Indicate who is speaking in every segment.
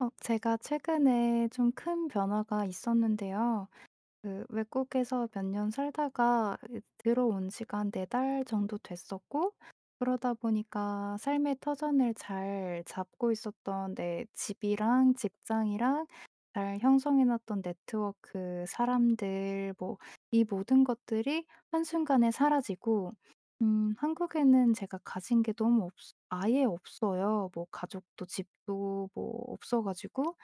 Speaker 1: 어 제가 최근에 좀 큰 변화가 있었는데요. 그 외국에서 몇 년 살다가 들어온 지가 네4달 정도 됐었고, 그러다 보니까 삶의 터전을 잘 잡고 있었던 내 집이랑 직장이랑 잘 형성해 놨던 네트워크, 사람들, 뭐 이 모든 것들이 한순간에 사라지고, 한국에는 제가 가진 게 너무 없 아예 없어요. 뭐 가족도 집도 뭐 없어 가지고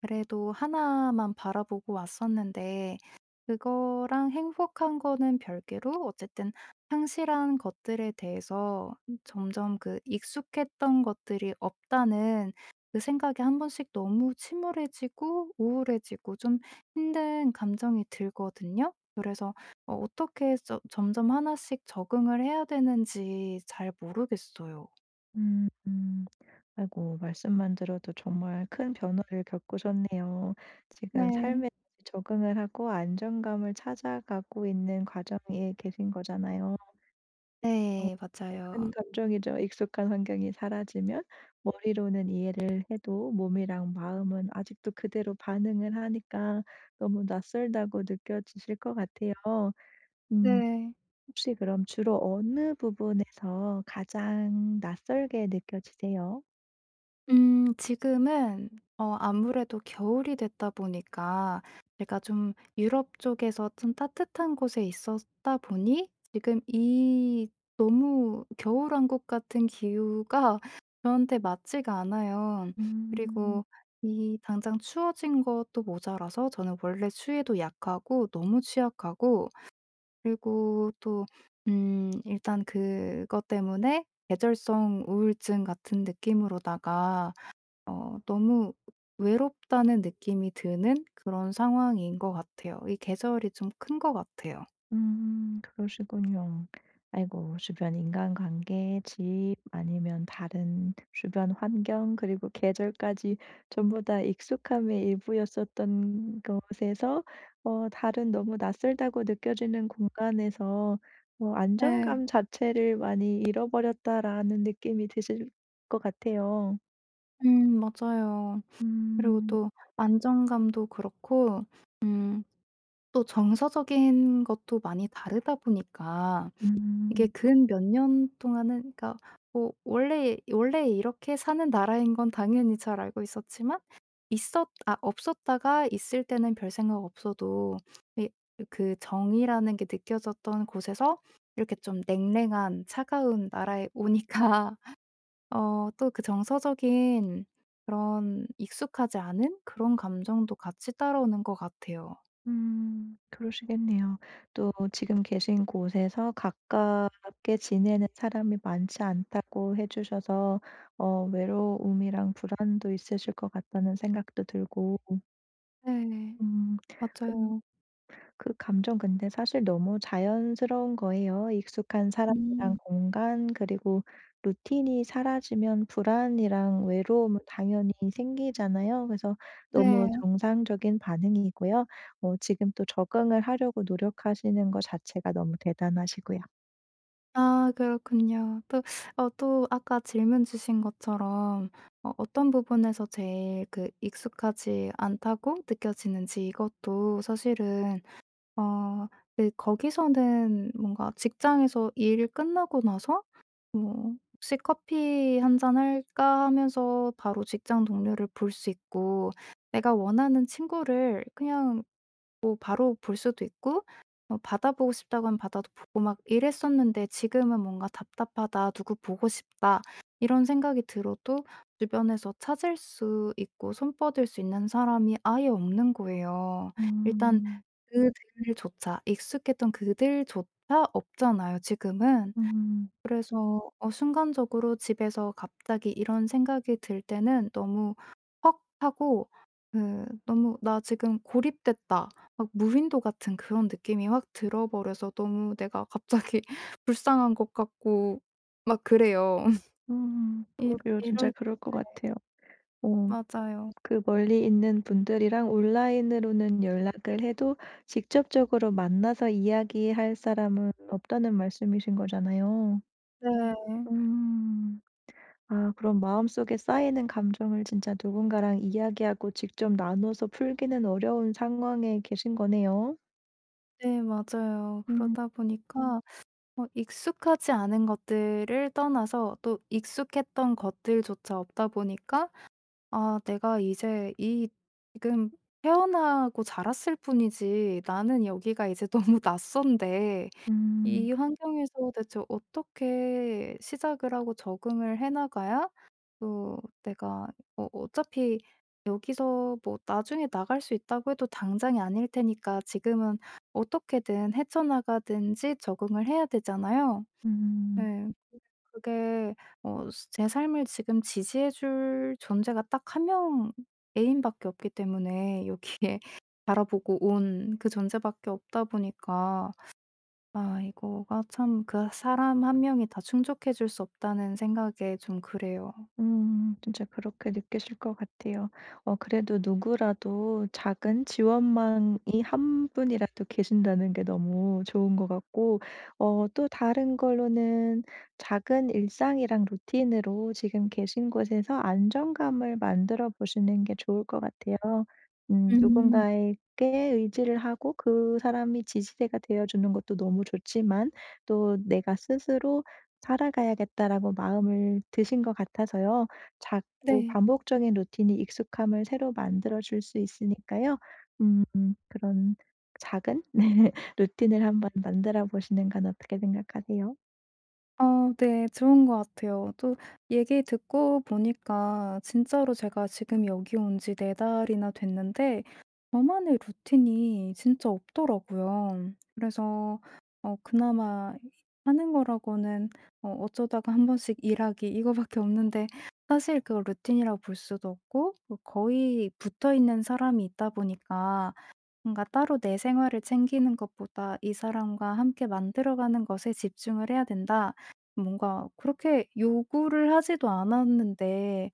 Speaker 1: 그래도 하나만 바라보고 왔었는데, 그거랑 행복한 거는 별개로 어쨌든 상실한 것들에 대해서 점점 그 익숙했던 것들이 없다는 그 생각이 한 번씩 너무 침울해지고 우울해지고 좀 힘든 감정이 들거든요. 그래서 어 어떻게 저 점점 하나씩 적응을 해야 되는지 잘 모르겠어요.
Speaker 2: 음. 음. 아이고 말씀만 들어도 정말 큰 변화를 겪으셨네요. 지금
Speaker 1: 네.
Speaker 2: 삶에 적응을 하고 안정감을 찾아가고 있는 과정에 계신 거잖아요. 어.
Speaker 1: 네.
Speaker 2: 큰
Speaker 1: 맞아요.
Speaker 2: 감정이죠. 익숙한 환경이 사라지면 머리로는 이해를 해도 몸이랑 마음은 아직도 그대로 반응을 하니까 너무 낯설다고 느껴지실 것 같아요. 음.
Speaker 1: 네.
Speaker 2: 혹시 그럼 주로 어느 부분에서 가장 낯설게 느껴지세요?
Speaker 1: 지금은 어 아무래도 겨울이 됐다 보니까, 제가 좀 유럽 쪽에서 좀 따뜻한 곳에 있었다 보니 지금 이 너무 겨울 한국 같은 기후가 저한테 맞지가 않아요.
Speaker 2: 음.
Speaker 1: 그리고 이 당장 추워진 것도 모자라서 저는 원래 추위에도 약하고 너무 취약하고, 그리고 또 일단 그것 때문에 계절성 우울증 같은 느낌으로다가 어 너무 외롭다는 느낌이 드는 그런 상황인 것 같아요. 이 계절이 좀 큰 것 같아요.
Speaker 2: 음. 그러시군요. 아이고 주변 인간관계, 집 아니면 다른 주변 환경 그리고 계절까지 전부 다 익숙함의 일부였었던 것에서 다른 너무 낯설다고 느껴지는 공간에서
Speaker 1: 네.
Speaker 2: '안정감 자체를 많이 잃어버렸다.'라는 느낌이 드실 것 같아요.
Speaker 1: 맞아요. 그리고
Speaker 2: 음.
Speaker 1: 또 안정감도 그렇고 음 또 정서적인 것도 많이 다르다 보니까 이게
Speaker 2: 음.
Speaker 1: 근 몇 년 동안은 그러니까 뭐 원래 이렇게 사는 나라인 건 당연히 잘 알고 있었지만, 있었 아 없었다가 있을 때는 별 생각 없어도 이 그 정이라는 게 느껴졌던 곳에서 이렇게 좀 냉랭한 차가운 나라에 오니까 어 또 그 정서적인 그런 익숙하지 않은 그런 감정도 같이 따라오는 것 같아요.
Speaker 2: 음. 그러시겠네요. 또 지금 계신 곳에서 가깝게 지내는 사람이 많지 않다고 해 주셔서 외로움이랑 불안도 있으실 것 같다는 생각도 들고.
Speaker 1: 네.
Speaker 2: 음.
Speaker 1: 맞아요.
Speaker 2: 그 감정 근데 사실 너무 자연스러운 거예요. 익숙한 사람이랑
Speaker 1: 음.
Speaker 2: 공간 그리고 루틴이 사라지면 불안이랑 외로움은 당연히 생기잖아요. 그래서 너무
Speaker 1: 네.
Speaker 2: 정상적인 반응이고요. 지금 또 적응을 하려고 노력하시는 거 자체가 너무 대단하시고요.
Speaker 1: 아 그렇군요. 또 어 또 아까 질문 주신 것처럼 어 어떤 부분에서 제일 그 익숙하지 않다고 느껴지는지 이것도 사실은 어 그 거기서는 뭔가 직장에서 일 끝나고 나서 뭐 '혹시 커피 한 잔 할까?' 하면서 바로 직장 동료를 볼 수 있고, 내가 원하는 친구를 그냥 뭐 바로 볼 수도 있고 어 받아보고 싶다고 하면 받아도 보고 막 이랬었는데, 지금은 뭔가 '답답하다. 누구 보고 싶다.' 이런 생각이 들어도 주변에서 찾을 수 있고 손뻗을 수 있는 사람이 아예 없는 거예요. 일단
Speaker 2: 음.
Speaker 1: 그들조차 익숙했던 그들조차 없잖아요 지금은.
Speaker 2: 음.
Speaker 1: 그래서 어 순간적으로 집에서 갑자기 이런 생각이 들 때는 너무 헉 하고 그 너무 '나 지금 고립됐다.' 막 무인도 같은 그런 느낌이 확 들어 버려서 너무 내가 갑자기 불쌍한 것 같고 막 그래요.
Speaker 2: 음.
Speaker 1: 이
Speaker 2: 그러게요. 진짜
Speaker 1: 이럴 때
Speaker 2: 그럴 것 같아요. 어.
Speaker 1: 맞아요.
Speaker 2: 그 멀리 있는 분들이랑 온라인으로는 연락을 해도 직접적으로 만나서 이야기할 사람은 없다는 말씀이신 거잖아요.
Speaker 1: 네.
Speaker 2: 음. 아 그럼 마음속에 쌓이는 감정을 진짜 누군가랑 이야기하고 직접 나눠서 풀기는 어려운 상황에 계신 거네요.
Speaker 1: 네 맞아요.
Speaker 2: 음.
Speaker 1: 그러다 보니까 뭐 익숙하지 않은 것들을 떠나서 또 익숙했던 것들조차 없다 보니까 '아 내가 이제 이 지금 태어나고 자랐을 뿐이지 나는 여기가 이제 너무 낯선데
Speaker 2: 음.
Speaker 1: 이 환경에서 대체 어떻게 시작을 하고 적응을 해 나가야 또 내가 어 어차피 여기서 뭐 나중에 나갈 수 있다고 해도 당장이 아닐 테니까 지금은 어떻게든 헤쳐나가든지 적응을 해야 되잖아요.'
Speaker 2: 음.
Speaker 1: 네. 그게 어 제 삶을 지금 지지해 줄 존재가 딱 한 명 애인밖에 없기 때문에, 여기에 바라보고 온 그 존재밖에 없다 보니까, 아 이거가 참 '그 사람 한 명이 다 충족해 줄 수 없다.'는 생각에 좀 그래요.
Speaker 2: 음. 진짜 그렇게 느끼실 것 같아요. 그래도 누구라도 작은 지원망이 한 분이라도 계신다는 게 너무 좋은 것 같고, 또 다른 걸로는 작은 일상이랑 루틴으로 지금 계신 곳에서 안정감을 만들어 보시는 게 좋을 것 같아요. 음.
Speaker 1: 음.
Speaker 2: 누군가에게 의지를 하고 그 사람이 지지대가 되어 주는 것도 너무 좋지만 또 내가 스스로 살아가야겠다라고 마음을 드신 것 같아서요. 자꾸
Speaker 1: 네.
Speaker 2: 반복적인 루틴이 익숙함을 새로 만들어 줄 수 있으니까요. 음. 그런 작은 네 루틴을 한번 만들어 보시는 건 어떻게 생각하세요?
Speaker 1: 어 네. 좋은 것 같아요. 또 얘기 듣고 보니까 진짜로 제가 지금 여기 온 지 4 달이나 됐는데 저만의 루틴이 진짜 없더라고요. 그래서 어 그나마 하는 거라고는 어 어쩌다가 한 번씩 일하기 이거밖에 없는데, 사실 그걸 루틴이라고 볼 수도 없고 뭐 거의 붙어 있는 사람이 있다 보니까 뭔가 따로 내 생활을 챙기는 것보다 '이 사람과 함께 만들어가는 것에 집중을 해야 된다.' 뭔가 그렇게 요구를 하지도 않았는데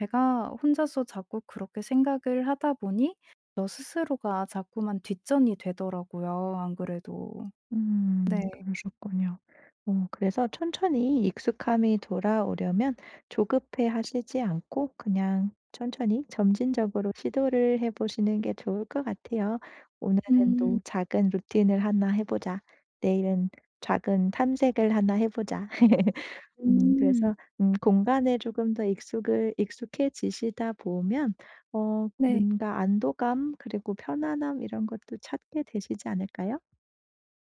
Speaker 1: 제가 혼자서 자꾸 그렇게 생각을 하다 보니 저 스스로가 자꾸만 뒷전이 되더라고요 안 그래도.
Speaker 2: 음.
Speaker 1: 네.
Speaker 2: 그러셨군요. 그래서 천천히 익숙함이 돌아오려면 조급해 하시지 않고 그냥 천천히 점진적으로 시도를 해 보시는 게 좋을 것 같아요. '오늘은
Speaker 1: 음.
Speaker 2: 또 작은 루틴을 하나 해 보자. 내일은 작은 탐색을 하나 해 보자.' 음.
Speaker 1: 음. 음.
Speaker 2: 그래서 음. 공간에 조금 더 익숙을 익숙해지시다 보면
Speaker 1: 네.
Speaker 2: 뭔가 안도감 그리고 편안함 이런 것도 찾게 되시지 않을까요?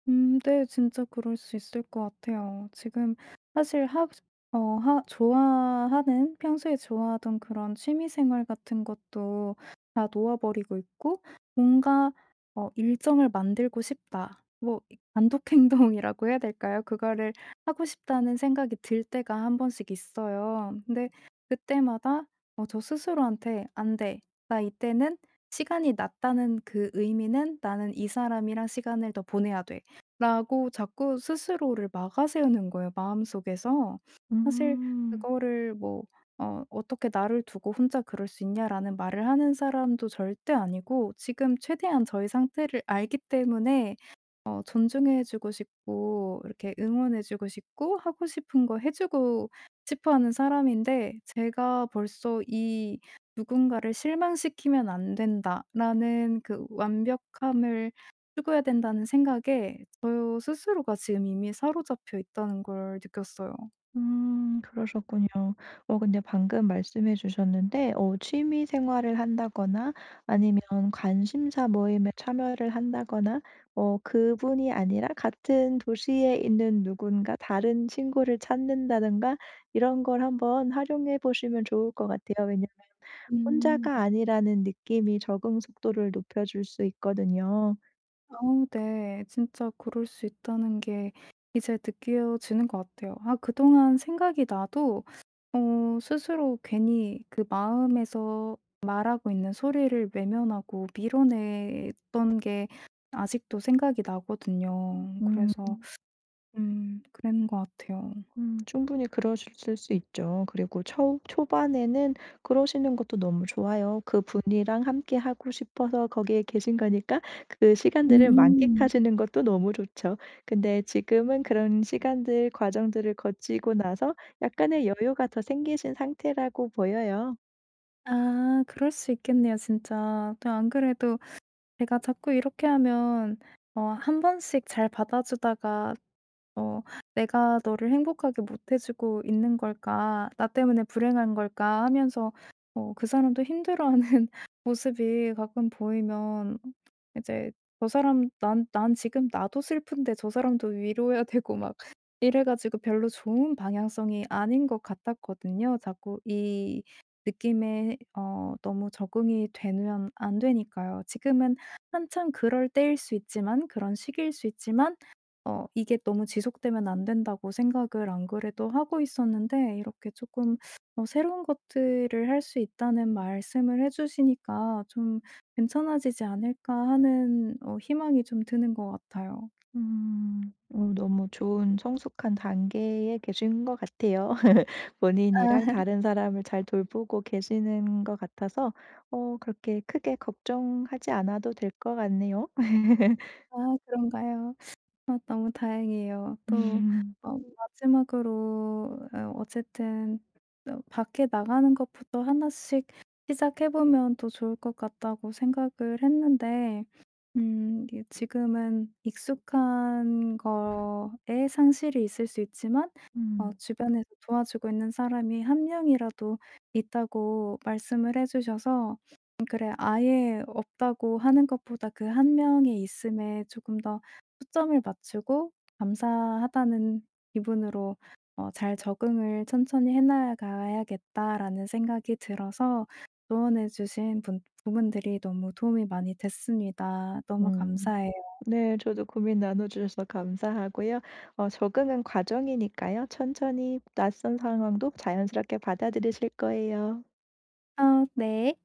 Speaker 1: 네. 진짜 그럴 수 있을 것 같아요. 지금 사실 하 어 하 좋아하는 평소에 좋아하던 그런 취미 생활 같은 것도 다 놓아 버리고 있고, 뭔가 어 '일정을 만들고 싶다.' 뭐 이 단독 행동이라고 해야 될까요? 그거를 하고 싶다는 생각이 들 때가 한 번씩 있어요. 근데 그때마다 어 저 스스로한테 '안 돼. 나 이때는 시간이 낮다는 그 의미는 나는 이 사람이랑 시간을 더 보내야 돼.' 라고 자꾸 스스로를 막아세우는 거예요 마음속에서. 사실
Speaker 2: 음.
Speaker 1: 그거를 뭐 어 "어떻게 나를 두고 혼자 그럴 수 있냐."라는 말을 하는 사람도 절대 아니고, 지금 최대한 저의 상태를 알기 때문에 어 존중해 주고 싶고 이렇게 응원해 주고 싶고 하고 싶은 거 해 주고 싶어 하는 사람인데, 제가 벌써 이 '누군가를 실망시키면 안 된다.'라는 그 완벽함을 추구해야 된다는 생각에 저 스스로가 지금 이미 사로잡혀 있다는 걸 느꼈어요.
Speaker 2: 음. 그러셨군요. 근데 방금 말씀해 주셨는데 취미 생활을 한다거나 아니면 관심사 모임에 참여를 한다거나 그분이 아니라 같은 도시에 있는 누군가 다른 친구를 찾는다든가 이런 걸 한번 활용해 보시면 좋을 것 같아요. 왜냐면 혼자가
Speaker 1: 음.
Speaker 2: 아니라는 느낌이 적응 속도를 높여 줄 수 있거든요.
Speaker 1: 아우 네. 진짜 그럴 수 있다는 게 이제 느껴지는 것 같아요. 아 그동안 생각이 나도 어 스스로 괜히 그 마음에서 말하고 있는 소리를 외면하고 밀어냈던 게 아직도 생각이 나거든요.
Speaker 2: 음.
Speaker 1: 그래서 그랬는 것 같아요.
Speaker 2: 음. 충분히 그러실 수 있죠. 그리고 초 초반에는 그러시는 것도 너무 좋아요. 그분이랑 함께 하고 싶어서 거기에 계신 거니까 그 시간들을
Speaker 1: 음.
Speaker 2: 만끽하시는 것도 너무 좋죠. 근데 지금은 그런 시간들, 과정들을 거치고 나서 약간의 여유가 더 생기신 상태라고 보여요.
Speaker 1: 아 그럴 수 있겠네요 진짜. 또 안 그래도 제가 자꾸 이렇게 하면 어 한 번씩 잘 받아주다가 어 '내가 너를 행복하게 못해 주고 있는 걸까? 나 때문에 불행한 걸까?' 하면서 어 그 사람도 힘들어하는 모습이 가끔 보이면, 이제 저 사람 난 지금 나도 슬픈데 저 사람도 위로해야 되고 막 이래 가지고 별로 좋은 방향성이 아닌 것 같았거든요. 자꾸 이 느낌에 어 너무 적응이 되면 안 되니까요. 지금은 한참 그럴 때일 수 있지만 그런 시기일 수 있지만, 어 이게 너무 지속되면 안 된다고 생각을 안 그래도 하고 있었는데, 이렇게 조금 어 새로운 것들을 할 수 있다는 말씀을 해 주시니까 좀 '괜찮아지지 않을까.' 하는 어 희망이 좀 드는 것 같아요.
Speaker 2: 음. 너무 좋은 성숙한 단계에 계신 것 같아요.
Speaker 1: 아.
Speaker 2: 본인이랑 다른 사람을 잘 돌보고 계시는 것 같아서 그렇게 크게 걱정하지 않아도 될 것 같네요.
Speaker 1: 아 그런가요? 아 너무 다행이에요. 또
Speaker 2: 음.
Speaker 1: 어 마지막으로 어 어쨌든 어 밖에 나가는 것부터 하나씩 시작해 보면 또 좋을 것 같다고 생각을 했는데, 이 지금은 익숙한 거에 상실이 있을 수 있지만 어
Speaker 2: 음.
Speaker 1: 주변에서 도와주고 있는 사람이 한 명이라도 있다고 말씀을 해 주셔서 그래 아예 없다고 하는 것보다 그 한 명의 있음에 조금 더 초점을 맞추고 감사하다는 기분으로 어 잘 적응을 천천히 해 나가야겠다라는 생각이 들어서, 조언해 주신 분 부분들이 너무 도움이 많이 됐습니다. 너무
Speaker 2: 음.
Speaker 1: 감사해요.
Speaker 2: 네. 저도 고민 나눠 주셔서 감사하고요. 어 적응은 과정이니까요. 천천히 낯선 상황도 자연스럽게 받아들이실 거예요.
Speaker 1: 어 네.